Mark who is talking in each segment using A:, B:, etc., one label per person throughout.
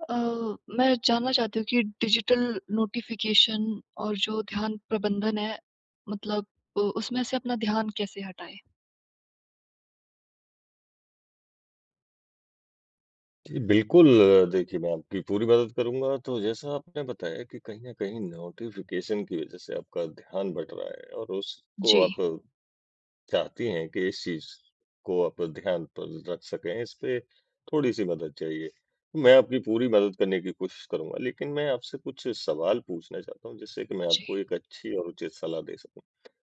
A: अ, मैं जानना चाहती हूँ कि डिजिटल नोटिफ़िकेशन और जो ध्यान प्रबंधन है मतलब उसमें से अपना ध्यान कैसे हटाएँ?
B: जी, बिल्कुल। देखिए, मैं आपकी पूरी मदद करूँगा। तो जैसा आपने बताया कि कहीं न कहीं नोटिफ़िकेशन की वज़ह से आपका ध्यान बँट रहा है और उसको
A: जी,
B: आप चाहती हैं कि इस चीज़ को आप ध्यान पर रख सकें, इस पे थोड़ी-सी मदद चाहिए। मैं आपकी पूरी मदद करने की कोशिश करूँगा, लेकिन मैं आपसे कुछ सवाल पूछना चाहता हूँ, जिससे कि मैं
A: जी।
B: आपको एक अच्छी और उचित सलाह दे सकूँ।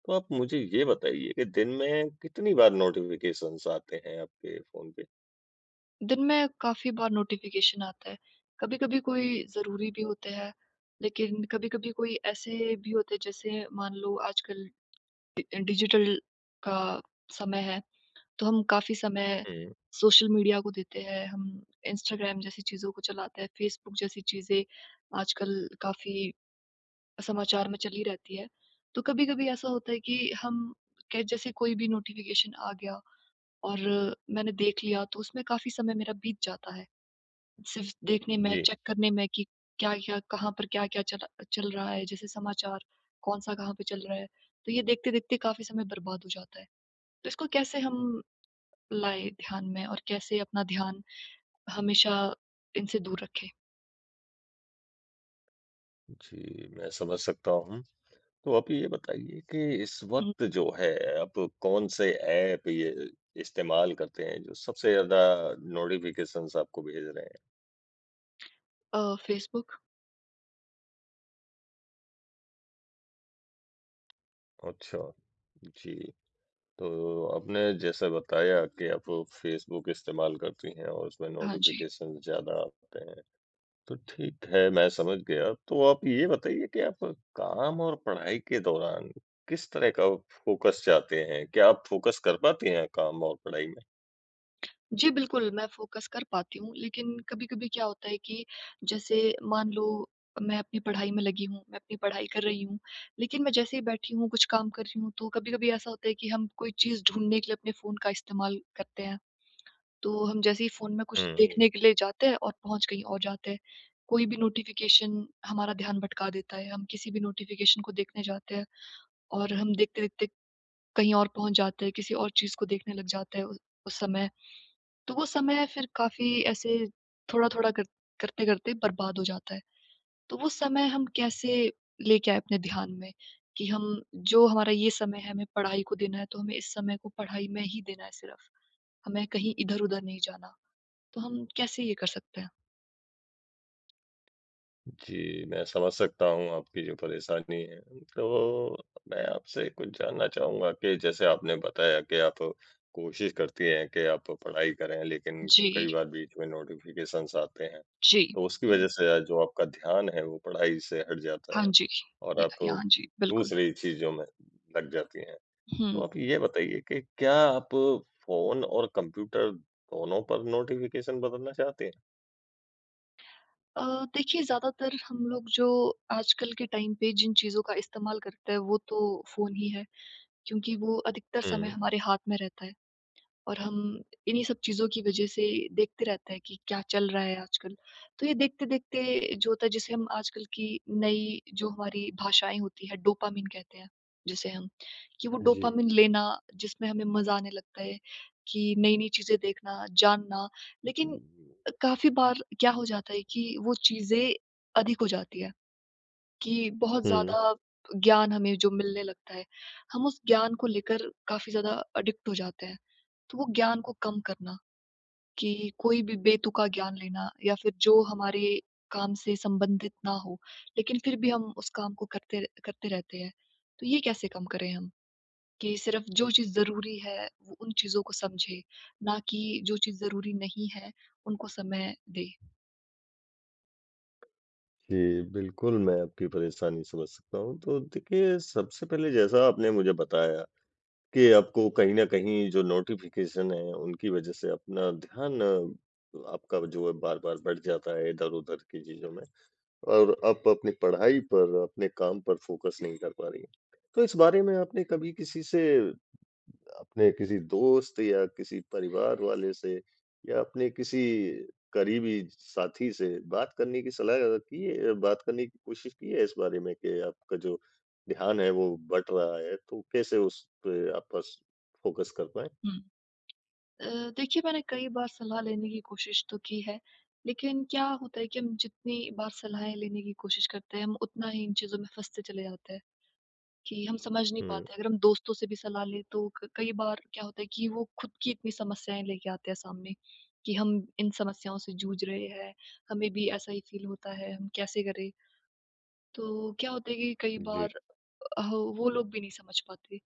B: तो आप मुझे ये बताइए कि दिन में कितनी बार नोटिफ़िकेशंस आते हैं आपके फ़ोन पे?
A: दिन में काफ़ी बार नोटिफ़िकेशन आता है। कभी-कभी कोई ज़रूरी भी होते हैं, लेकिन कभी-कभी कोई ऐसे भी होते हैं जैसे मान लो आजकल डि डिजिटल का समय है, तो हम काफ़ी समय
B: हुँ।
A: सोशल मीडिया को देते हैं, हम इंस्टाग्राम जैसी चीज़ों को चलाते हैं, फ़ेसबुक जैसी चीज़ें आजकल काफ़ी समाचार में चली रहती है। तो कभी-कभी ऐसा होता है कि हम के जैसे कोई भी नोटिफ़िकेशन आ गया और मैंने देख लिया तो उसमें काफ़ी समय मेरा बीत जाता है। सिर्फ़ देखने में,
B: जी।
A: चेक करने में कि क्या-क्या कहाँ पर क्या-क्या चला चल चल रहा है, जैसे समाचार कौन-सा कहाँ पे चल रहा है। तो ये देखते-देखते काफ़ी समय बर्बाद हो जाता है। तो इसको कैसे हम लाएँ ध्यान में और कैसे अपना ध्यान हमेशा इनसे दूर रखें?
B: जी, मैं समझ सकता हूँ। तो आप ये बताइए कि इस
A: हुँ।
B: वक़्त जो है आप कौन से ऐप ये इस्तेमाल करते हैं जो सबसे ज़्यादा नोटिफ़िकेशंस आपको भेज रहे हैं?
A: फ़ेसबुक
B: अच्छा, जी। तो आपने जैसे बताया कि आप फ़ेसबुक इस्तेमाल करती हैं और उसमें
A: हाँ जी।
B: नोटिफ़िकेशंस ज़्यादा आते हैं। तो ठीक है, मैं समझ गया। तो आप ये बताइए कि आप काम और पढ़ाई के दौरान किस तरह का फोकस चाहते हैं? क्या आप फोकस कर पाती हैं काम और पढ़ाई में?
A: जी, बिल्कुल, मैं फ़ोकस कर पाती हूँ, लेकिन कभी-कभी क्या होता है कि जैसे मान लो मैं अपनी पढ़ाई में लगी हूँ, मैं अपनी पढ़ाई कर रही हूँ, लेकिन मैं जैसे ही बैठी हूँ, कुछ काम कर रही हूँ, तो कभी-कभी ऐसा होता है कि हम कोई चीज़ ढूँढने के लिए अपने फ़ोन का इस्तेमाल करते हैं। तो हम जैसे ही फ़ोन में कुछ जी।
B: हुँ।
A: देखने के लिए जाते हैं और पहुँच कहीं और जाते हैं। कोई भी नोटिफ़िकेशन हमारा ध्यान भटका देता है, हम किसी भी नोटिफ़िकेशन को देखने जाते हैं और हम देखते-देखते कहीं और पहुँच जाते हैं, किसी और चीज़ को देखने लग जाते हैं उ उस समय। तो वो समय फिर काफ़ी ऐसे थोड़ा-थोड़ा कर करते-करते बर्बाद हो जाता है। तो वो समय हम कैसे लेके आएँ अपने ध्यान में कि हम जो हमारा ये समय है, हमें पढ़ाई को देना है, तो हमें इस समय को पढ़ाई में ही देना है सिर्फ़। हमें कहीं इधर-उधर नहीं जाना। तो हम कैसे ये कर सकते हैं?
B: जी, मैं समझ सकता हूँ आपकी जो परेशानी है। तो मैं आपसे कुछ जानना चाहूँगा कि जैसे आपने बताया कि आप कोशिश करती हैं कि आप पढ़ाई करें, लेकिन
A: जी,
B: कई बार बीच में नोटिफ़िकेशंस आते हैं।
A: जी।
B: तो उसकी
A: हुँ।
B: वज़ह से जो आपका ध्यान है वो पढ़ाई से हट जाता
A: हाँ
B: है
A: जी।
B: और
A: य
B: आप
A: यहाँ जी, बिल्कुल।
B: दूसरी चीज़ों में लग जाती हैं। तो
A: हुँ।
B: आप ये बताइए कि क्या आप फ़ोन और कंप्यूटर दोनों पर नोटिफ़िकेशन बदलना चाहते हैं?
A: अ, देखिए ज़्यादातर हम लोग जो आजकल के टाइम पे जिन चीज़ों का इस्तेमाल करते हैं, वो तो फ़ोन ही है। क्योंकि वो अधिकतर समय
B: हुँ।
A: हमारे हाथ में रहता है और हम इन्हीं सब चीज़ों की वजह से देखते रहते हैं कि क्या चल रहा है आजकल। तो ये देखते-देखते जो होता है जिसे हम आजकल की नई जो हमारी भाषाएँ होती है डोपामाइन कहते हैं जिसे हम, कि वो
B: जी।
A: डोपामाइन लेना जिसमें हमें मज़ा आने लगता है कि नई-नई चीज़ें देखना, जानना लेकिन काफ़ी बार क्या हो जाता है कि वो चीज़ें अधिक हो जाती है। कि बहुत
B: हुँ।
A: ज़्यादा ज्ञान हमें जो मिलने लगता है, हम उस ज्ञान को लेकर काफ़ी ज़्यादा अडिक्ट हो जाते हैं। तो वो ज्ञान को कम करना कि कोई भी बेतुका ज्ञान लेना या फिर जो हमारे काम से संबंधित ना हो, लेकिन फिर भी हम उस काम को करते करते रहते हैं। तो ये कैसे कम करें हम कि सिर्फ़ जो चीज़ ज़रूरी है, वो उन चीज़ों को समझें, ना कि जो चीज़ ज़रूरी नहीं है, उनको समय दें?
B: जी, बिल्कुल, मैं आपकी परेशानी समझ सकता हूँ। तो देखिए, सबसे पहले जैसा आपने मुझे बताया कि आपको कहीं न कहीं जो नोटिफ़िकेशन है, उनकी वज़ह से अपना ध्यान आपका जो है बार-बार बढ़ जाता है इधर-उधर की चीज़ों में और आप अपनी पढ़ाई पर, अपने काम पर फ़ोकस नहीं कर पा रही हैं। तो इस बारे में आपने कभी किसी से अपने किसी दोस्त या किसी परिवार वाले से या अपने किसी करीबी साथी से बात करने की सलाह की है, बात करने की कोशिश की है इस बारे में कि आपका जो ध्यान है वो बँट रहा है, तो कैसे उस पे आप बस फ़ोकस कर पाएँ?
A: हुँ। अ, देखिए मैंने कई बार सलाह लेने की कोशिश तो की है, लेकिन क्या होता है कि हम जितनी बार सलाहें लेने की कोशिश करते हैं, हम उतना ही इन चीज़ों में फँसते चले जाते हैं कि हम समझ नहीं
B: हुँ।
A: पाते। अगर हम दोस्तों से भी सलाह लें तो क कई बार क्या होता है कि वो खुद की इतनी समस्याएँ लेके आते हैं सामने कि हम इन समस्याओं से जूझ रहे हैं, हमें भी ऐसा ही फ़ील होता है, हम कैसे करें? तो क्या होता है कि कई
B: जी।
A: बार अ, वो लोग भी नहीं समझ पाते।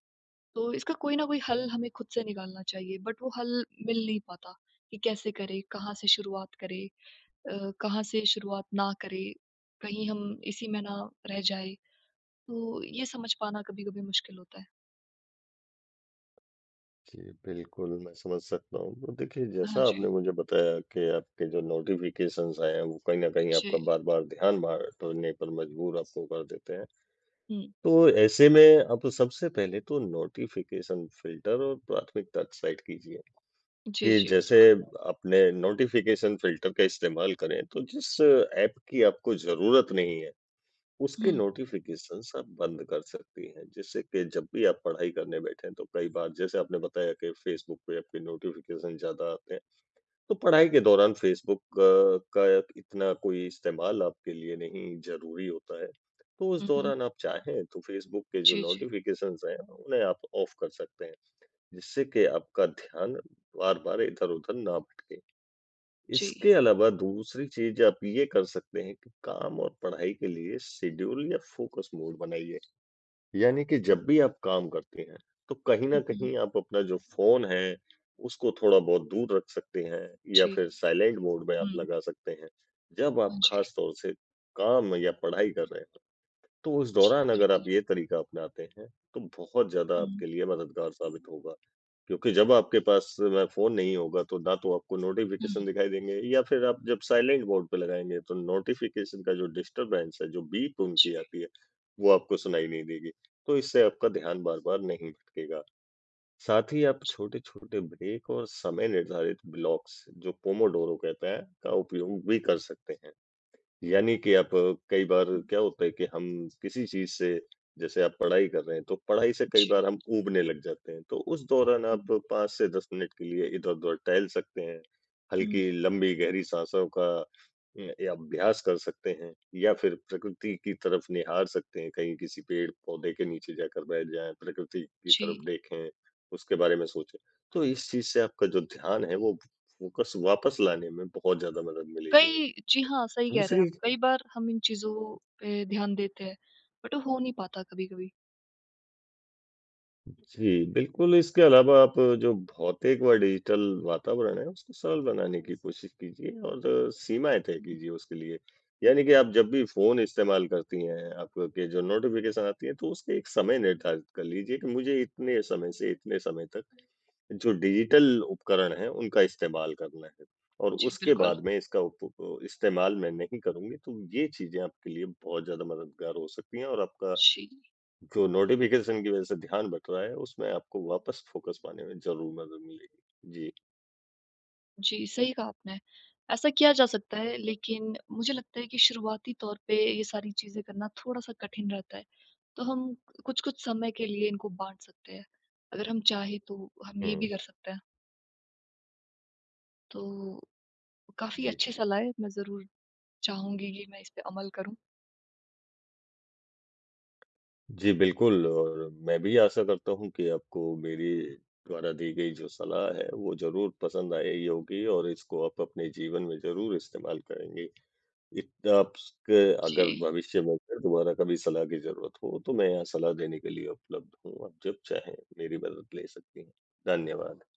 A: तो इसका कोई ना कोई हल हमें खुद से निकालना चाहिए बट वो हल मिल नहीं पाता कि कैसे करें, कहाँ से शुरुआत करें कहाँ से शुरुआत ना करें, कहीं हम इसी में ना रह जाए। तो ये समझ पाना कभी-कभी मुश्किल होता है।
B: जी, बिल्कुल मैं समझ सकता हूँ। तो देखिए
A: हाँ
B: जैसा
A: जी।
B: आपने मुझे बताया कि आपके जो नोटिफ़िकेशंस हैं, वो कहीं न कहीं
A: जी।
B: आपका बार-बार ध्यान भटकने पर मजबूर आपको कर देते हैं।
A: हुँ।
B: तो ऐसे में आप सबसे पहले तो नोटिफ़िकेशन फ़िल्टर और प्राथमिकता सेट कीजिए
A: जी,
B: कि
A: जी,
B: जैसे
A: बिल्कुल।
B: अपने नोटिफ़िकेशन फ़िल्टर का इस्तेमाल करें, तो जिस ऐप की आपको ज़रूरत नहीं है, उसके
A: हुँ,
B: नोटिफ़िकेशंस आप बंद कर सकती हैं। जिससे कि जब भी आप पढ़ाई करने बैठें, तो कई बार जैसे आपने बताया कि फ़ेसबुक पे आपके नोटिफ़िकेशन ज़्यादा आते हैं। तो पढ़ाई के दौरान फ़ेसबुक का इतना कोई इस्तेमाल आपके लिए नहीं ज़रूरी होता है। तो उस
A: हुँ, हुँ।
B: दौरान आप चाहें तो फ़ेसबुक के जो
A: जी, जी,
B: नोटिफ़िकेशंस हैं, उन्हें आप ऑफ़ कर सकते हैं, जिससे कि आपका ध्यान बार-बार इधर-उधर ना भटके।
A: जी।
B: इसके अलावा दूसरी चीज़ आप ये कर सकते हैं कि काम और पढ़ाई के लिए शेड्यूल या फ़ोकस मोड बनाइए। यानी कि
A: हुँ,
B: जब भी आप काम करती हैं, तो कहीं
A: हुँ,
B: न
A: हुँ।
B: कहीं आप अपना जो फ़ोन है, उसको थोड़ा-बहुत दूर रख सकते हैं या
A: जी,
B: फिर साइलेंट मोड में आप
A: हुँ।
B: लगा सकते हैं। जब
A: हाँ
B: आप
A: जी।
B: ख़ास तौर से काम या पढ़ाई कर रहे हो। तो उस
A: जी,
B: दौरान अगर आप
A: बिल्कुल।
B: ये तरीका अपनाते हैं, तो बहुत ज़्यादा
A: हुँ।
B: आपके लिए मददगार साबित होगा। क्योंकि जब आपके पास में फ़ोन नहीं होगा, तो ना तो आपको नोटिफ़िकेशन
A: हुँ,
B: दिखाई देंगे या फिर आप जब साइलेंट मोड पे लगाएँगे, तो नोटिफ़िकेशन का जो डिस्टर्बेंस है, जो बीप
A: जी,
B: उनकी आती है, वो आपको सुनाई नहीं देगी। तो इससे आपका ध्यान बार-बार नहीं भटकेगा। साथ ही आप
A: जी,
B: छोटे-छोटे ब्रेक और समय निर्धारित ब्लॉक्स, जो पोमोडोरो कहते हैं, का उपयोग भी कर सकते हैं। यानी कि आप कई बार
A: हुँ,
B: क्या होता है कि हम किसी चीज़ से जैसे आप पढ़ाई कर रहे हैं, तो पढ़ाई से कई
A: जी।
B: बार हम ऊबने लग जाते हैं। तो उस दौरान आप 5 से 10 मिनट के लिए इधर-उधर टहल सकते हैं।
A: हुँ,
B: हल्की लंबी गहरी साँसों का या अभ्यास कर सकते हैं या फिर प्रकृति की तरफ निहार सकते हैं। कहीं किसी पेड़-पौधे के नीचे जाकर बैठ जाएँ, प्रकृति की
A: जी।
B: तरफ देखें, उसके बारे में सोचें। तो इस चीज़ से आपका जो ध्यान है वो फोकस वापस लाने में बहुत ज़्यादा मदद मिलेगी।
A: कई जी हाँ, सही कह रहे हैं आप।
B: दूसरी
A: कई बार हम इन चीज़ों पे ध्यान देते हैं, बट वो हो नहीं पाता कभी-कभी।
B: जी, बिल्कुल। इसके अलावा आप जो भौतिक व डिजिटल वातावरण है उसको सरल बनाने की कोशिश कीजिए और सीमाएँ तय कीजिए उसके लिए। यानी कि आप जब भी फ़ोन इस्तेमाल करती हैं, आपके जो नोटिफ़िकेशन आती है तो उसके एक समय निर्धारित कर लीजिए कि मुझे इतने समय से इतने समय तक जो डिजिटल उपकरण हैं उनका इस्तेमाल करना है। और
A: जी,
B: उसके
A: बिल्कुल।
B: बाद में इसका उप उप- इस्तेमाल मैं नहीं करूँगी तो ये चीज़ें आपके लिए बहुत ज़्यादा मददगार हो सकती हैं और आपका
A: जी,
B: जो नोटिफ़िकेशन की वज़ह से ध्यान भटक रहा है, उसमें आपको वापस फ़ोकस पाने में ज़रूर मदद मिलेगी। जी।
A: जी, सही कहा आपने। ऐसा किया जा सकता है, लेकिन मुझे लगता है कि शुरुआती तौर पे ये सारी चीज़ें करना थोड़ा-सा कठिन रहता है। तो हम कुछ-कुछ समय के लिए इनको बाँट सकते हैं। अगर हम चाहें तो हम ये
B: हुँ।
A: भी कर सकते हैं। तो काफ़ी
B: जी।
A: अच्छी सलाह है, मैं ज़रूर चाहूँगी कि मैं इस पे अमल करूँ।
B: जी, बिल्कुल और मैं भी आशा करता हूँ कि आपको मेरे द्वारा दी गई जो सलाह है, वो ज़रूर पसंद आई होगी और इसको आप अपने जीवन में ज़रूर इस्तेमाल करेंगे। इत आपके
A: जी।
B: अगर भविष्य में फिर दोबारा कभी सलाह की ज़रूरत हो, तो मैं यहाँ सलाह देने के लिए उपलब्ध हूँ। आप जब चाहें मेरी मदद ले सकती हैं। धन्यवाद।